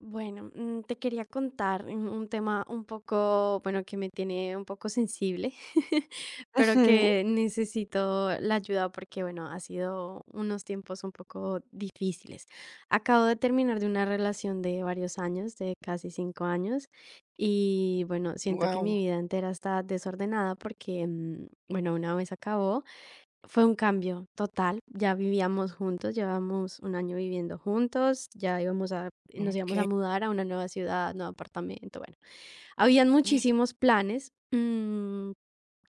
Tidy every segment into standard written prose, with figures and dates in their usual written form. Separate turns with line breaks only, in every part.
Bueno, te quería contar un tema un poco, bueno, que me tiene un poco sensible, pero
Ujú.
que necesito la ayuda porque, bueno, ha sido unos tiempos un poco difíciles. Acabo de terminar de una relación de varios años, de casi cinco años, y bueno, siento que mi
Guau,
vida entera está desordenada porque, bueno, una vez acabó. Fue un cambio total, ya vivíamos juntos, llevamos un año viviendo juntos, nos íbamos a
okey.
mudar a una nueva ciudad, nuevo apartamento, bueno, habían muchísimos planes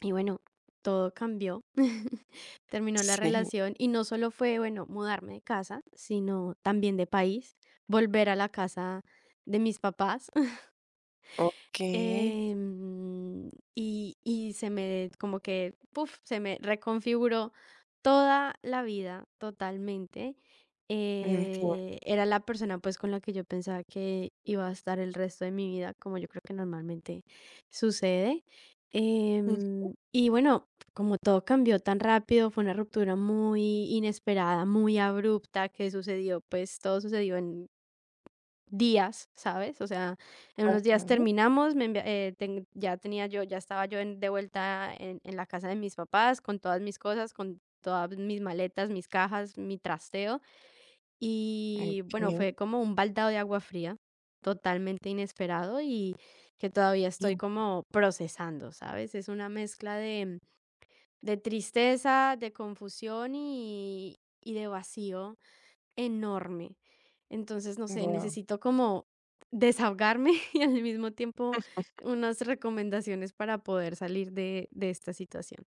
y bueno, todo cambió, terminó la
Sí,
relación y no solo fue, bueno, mudarme de casa, sino también de país, volver a la casa de mis papás.
okey,
Em, y se me como que, puf, se me reconfiguró toda la vida totalmente.
entiendo.
Era la persona, pues, con la que yo pensaba que iba a estar el resto de mi vida, como yo creo que normalmente sucede. Y bueno, como todo cambió tan rápido, fue una ruptura muy inesperada, muy abrupta que sucedió, pues, todo sucedió en días, ¿sabes? O sea, en unos
Ajá,
días terminamos, me envia ten ya tenía yo ya estaba yo en de vuelta en la casa de mis papás con todas mis cosas, con todas mis maletas, mis cajas, mi trasteo, y bueno,
okey,
fue como un baldado de agua fría, totalmente inesperado y que todavía estoy como procesando, ¿sabes? Es una mezcla de tristeza, de confusión y de vacío enorme. Entonces, no
wow.
sé,
Guau,
necesito como desahogarme y al mismo tiempo unas recomendaciones para poder salir de esta situación.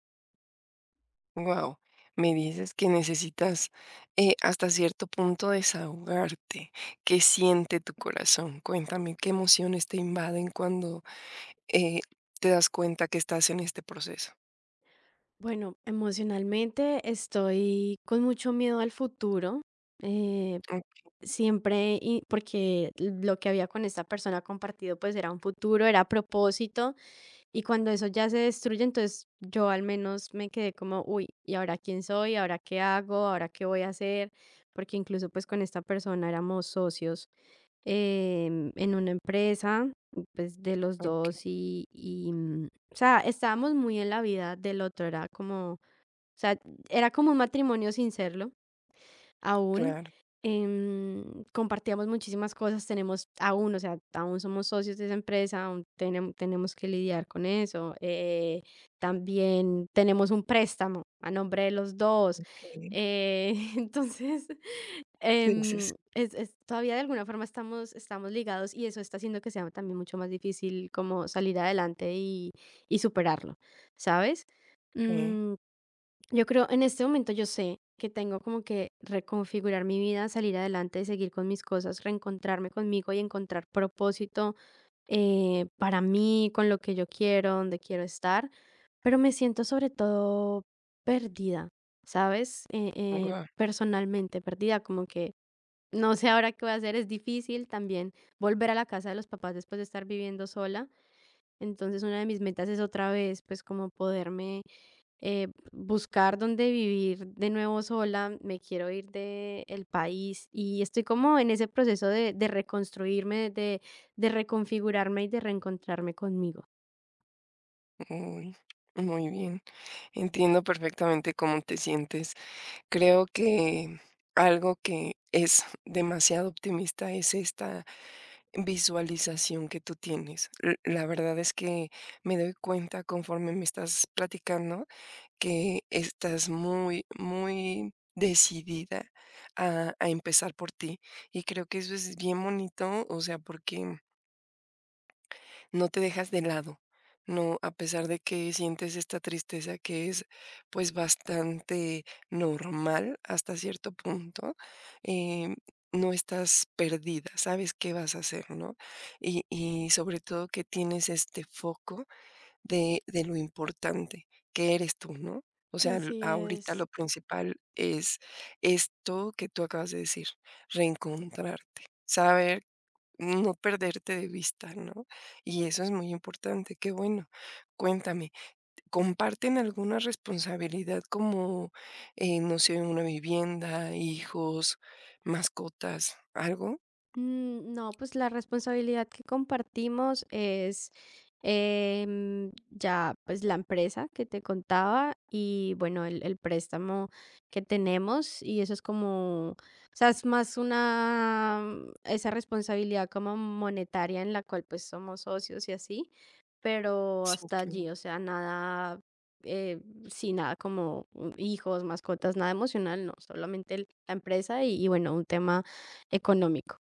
me dices que necesitas, hasta cierto punto desahogarte. ¿Qué siente tu corazón? Cuéntame, ¿qué emociones te invaden cuando, eh, te das cuenta que estás en este proceso?
Bueno, emocionalmente estoy con mucho miedo al futuro. eh,
O
Porque lo que había con esta persona compartido pues era un futuro, era propósito. Y cuando eso ya se destruye, entonces yo al menos me quedé como, uy, ¿y ahora quién soy? ¿Ahora qué hago? ¿Ahora qué voy a hacer? Porque incluso pues con esta persona éramos socios, en una empresa, pues de los
okey,
dos y, o sea, estábamos muy en la vida del otro, era como, o sea, era como un matrimonio sin serlo aún.
claro,
em, compartíamos muchísimas cosas, tenemos aún, o sea, aún somos socios de esa empresa, aún tenemos que lidiar con eso. También tenemos un préstamo a nombre de los dos.
okey.
eh, entonces,
Sí, sí, sí,
todavía de alguna forma estamos ligados y eso está haciendo que sea también mucho más difícil como salir adelante y superarlo, ¿sabes?
sí.
Mm, yo creo, en este momento yo sé que tengo como que reconfigurar mi vida, salir adelante, seguir con mis cosas, reencontrarme conmigo y encontrar propósito para mí, con lo que yo quiero, donde quiero estar, pero me siento sobre todo perdida, ¿sabes?
Guau,
Personalmente perdida, como que no sé ahora qué voy a hacer, es difícil también volver a la casa de los papás después de estar viviendo sola, entonces una de mis metas es otra vez pues como poderme buscar dónde vivir de nuevo sola, me quiero ir del país y estoy como en ese proceso de reconstruirme, de reconfigurarme y de reencontrarme conmigo.
muy bien. Entiendo perfectamente cómo te sientes. Creo que algo que es demasiado optimista es esta visualización que tú tienes. La verdad es que me doy cuenta conforme me estás platicando que estás muy, muy decidida a empezar por ti. Y creo que eso es bien bonito, o sea, porque no te dejas de lado, no, a pesar de que sientes esta tristeza que es, pues, bastante normal hasta cierto punto, em, no estás perdida, sabes qué vas a hacer, ¿no? Y sobre todo que tienes este foco de lo importante, que eres tú, ¿no? O sea, l
Así
ahorita lo
es.
principal es esto que tú acabas de decir, reencontrarte, saber no perderte de vista, ¿no? Y eso es muy importante, qué bueno. Cuéntame, ¿comparten alguna responsabilidad como, no sé, una vivienda, hijos, mascotas, algo?
No, pues la responsabilidad que compartimos es ya pues la empresa que te contaba y bueno, el préstamo que tenemos y eso es como, o sea, es más una, esa responsabilidad como monetaria en la cual pues somos socios y así, pero
Sí,
hasta
claro.
allí, o sea, nada, eh, sí, nada como hijos, mascotas, nada emocional, no, solamente la empresa y bueno, un tema económico.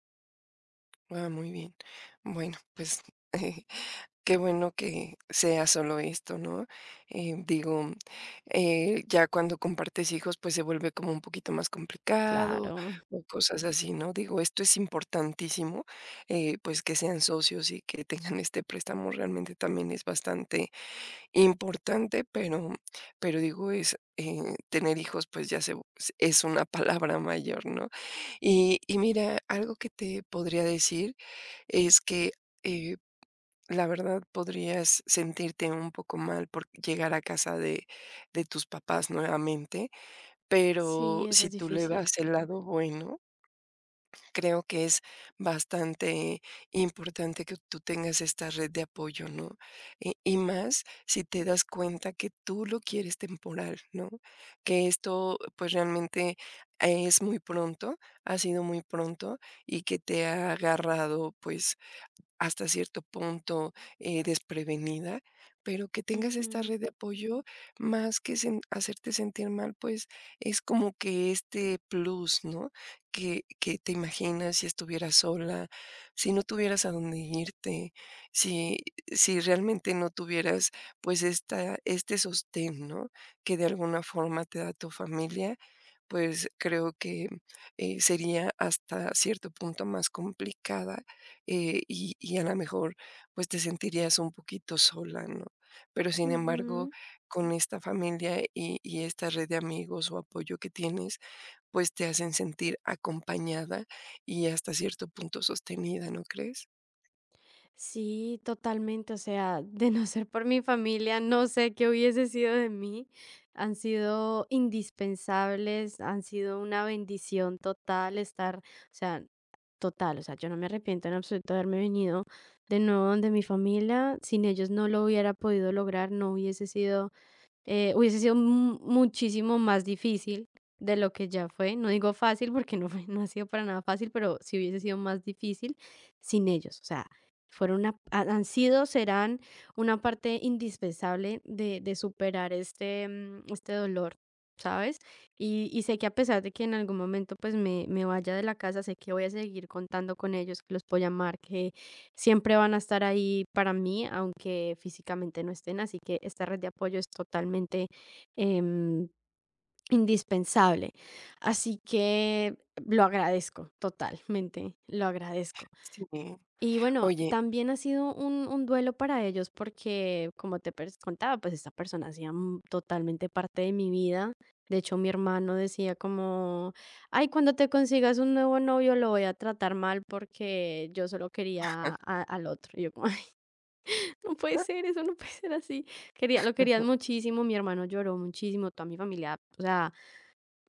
Ah, muy bien. Bueno, pues qué bueno que sea solo esto, ¿no? Digo, ya cuando compartes hijos, pues se vuelve como un poquito más complicado
Claro,
o cosas así, ¿no? Digo, esto es importantísimo, pues que sean socios y que tengan este préstamo realmente también es bastante importante, pero digo, es tener hijos, pues ya se, es una palabra mayor, ¿no? Y mira, algo que te podría decir es que... eh, la verdad, podrías sentirte un poco mal por llegar a casa de tus papás nuevamente, pero
sí, eso
si
es
tú le
difícil.
vas el lado bueno, creo que es bastante importante que tú tengas esta red de apoyo, ¿no? Y más si te das cuenta que tú lo quieres temporal, ¿no? Que esto, pues, realmente es muy pronto, ha sido muy pronto y que te ha agarrado, pues, hasta cierto punto, desprevenida, pero que tengas esta
Ujú,
red de apoyo, más que sen hacerte sentir mal, pues, es como que este plus, ¿no? Que te imaginas si estuvieras sola, si no tuvieras a dónde irte, si si realmente no tuvieras, pues, esta este sostén, ¿no? Que de alguna forma te da tu familia, pues, creo que, sería hasta cierto punto más complicada y a lo mejor, pues, te sentirías un poquito sola, ¿no? Pero, sin embargo,
ujú.
con esta familia y esta red de amigos o apoyo que tienes, pues, te hacen sentir acompañada y hasta cierto punto sostenida, ¿no crees?
Sí, totalmente, o sea, de no ser por mi familia, no sé qué hubiese sido de mí. Han sido indispensables, han sido una bendición total estar, o sea, total, o sea, yo no me arrepiento en absoluto de haberme venido de nuevo donde mi familia, sin ellos no lo hubiera podido lograr, no hubiese sido. Hubiese sido mu muchísimo más difícil de lo que ya fue. No digo fácil porque no fue no ha sido para nada fácil, pero sí hubiese sido más difícil sin ellos. O sea, fueron una han han sido, serán una parte indispensable de superar este, este dolor, ¿sabes? Y sé que a pesar de que en algún momento, pues, me vaya de la casa, sé que voy a seguir contando con ellos, que los puedo llamar, que siempre van a estar ahí para mí, aunque físicamente no estén, así que esta red de apoyo es totalmente em, indispensable. Así que lo agradezco, totalmente, lo agradezco.
Sí.
Y bueno,
Oye
también ha sido un duelo para ellos porque, como contaba, pues esta persona hacía totalmente parte de mi vida. De hecho, mi hermano decía como, ay, cuando te consigas un nuevo novio lo voy a tratar mal porque yo solo quería al otro. Y yo como, no puede ser, eso no puede ser así. Quería lo
ujú,
querían muchísimo, mi hermano lloró muchísimo, toda mi familia, o sea,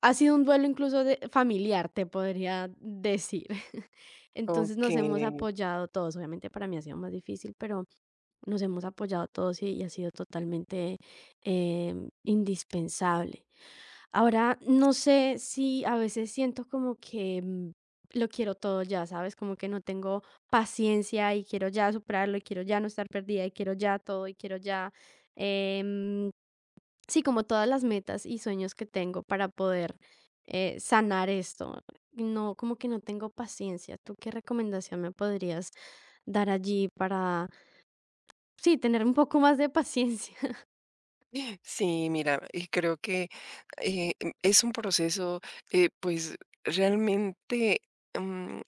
ha sido un duelo incluso de familiar, te podría decir. Entonces nos
okey.
hemos apoyado todos. Obviamente para mí ha sido más difícil, pero nos hemos apoyado todos y ha sido totalmente indispensable. Ahora, no sé si a veces siento como que lo quiero todo ya, ¿sabes? Como que no tengo paciencia y quiero ya superarlo y quiero ya no estar perdida y quiero ya todo y quiero ya. em, Sí, como todas las metas y sueños que tengo para poder, sanar esto. No, como que no tengo paciencia. ¿Tú qué recomendación me podrías dar allí para, sí, tener un poco más de paciencia?
Sí, mira, y creo que, eh, es un proceso, pues, realmente, mm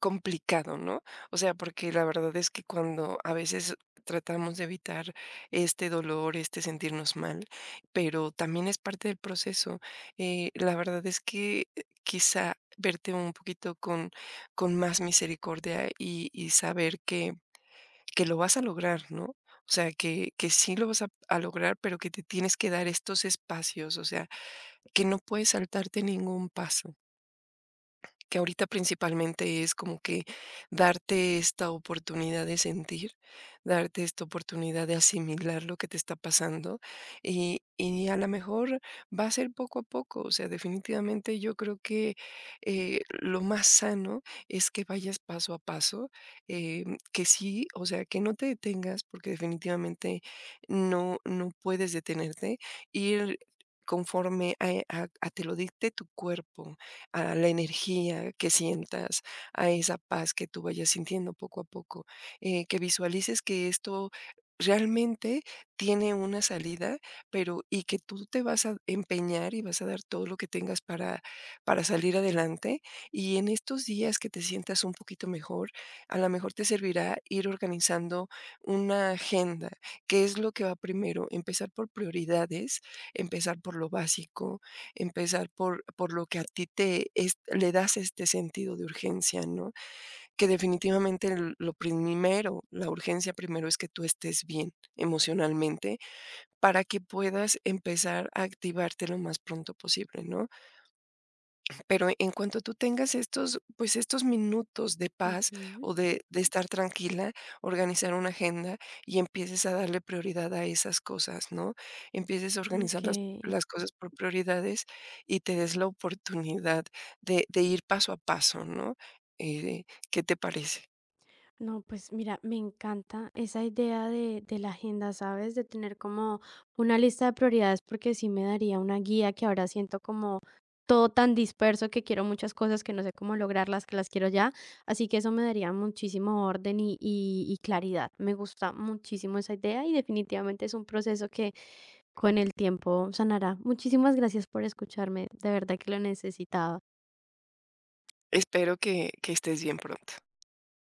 complicado, ¿no? O sea, porque la verdad es que cuando a veces tratamos de evitar este dolor, este sentirnos mal, pero también es parte del proceso. La verdad es que quizá verte un poquito con más misericordia y saber que lo vas a lograr, ¿no? O sea, que sí lo vas a lograr, pero que te tienes que dar estos espacios, o sea, que no puedes saltarte ningún paso que ahorita principalmente es como que darte esta oportunidad de sentir, darte esta oportunidad de asimilar lo que te está pasando y a lo mejor va a ser poco a poco, o sea, definitivamente yo creo que lo más sano es que vayas paso a paso, eh, que sí, o sea, que no te detengas porque definitivamente no, no puedes detenerte, ir conforme a te lo dicte tu cuerpo, a la energía que sientas, a esa paz que tú vayas sintiendo poco a poco, que visualices que esto realmente tiene una salida, pero y que tú te vas a empeñar y vas a dar todo lo que tengas para salir adelante. Y en estos días que te sientas un poquito mejor, a lo mejor te servirá ir organizando una agenda. ¿Qué es lo que va primero? Empezar por prioridades, empezar por lo básico, empezar por lo que a ti te es le das este sentido de urgencia, ¿no? Que definitivamente l lo primero, la urgencia primero es que tú estés bien emocionalmente para que puedas empezar a activarte lo más pronto posible, ¿no? Pero en cuanto tú tengas estos, pues estos minutos de paz
Ujú,
o de estar tranquila, organizar una agenda y empieces a darle prioridad a esas cosas, ¿no? Empieces a organizar
okey.
las cosas por prioridades y te des la oportunidad de ir paso a paso, ¿no? Eh, ¿qué te parece?
No, pues mira, me encanta esa idea de la agenda, ¿sabes? De tener como una lista de prioridades, porque sí me daría una guía que ahora siento como todo tan disperso que quiero muchas cosas que no sé cómo lograrlas, que las quiero ya. Así que eso me daría muchísimo orden y claridad. Me gusta muchísimo esa idea y definitivamente es un proceso que con el tiempo sanará. Muchísimas gracias por escucharme, de verdad que lo necesitaba.
Espero que estés bien pronto.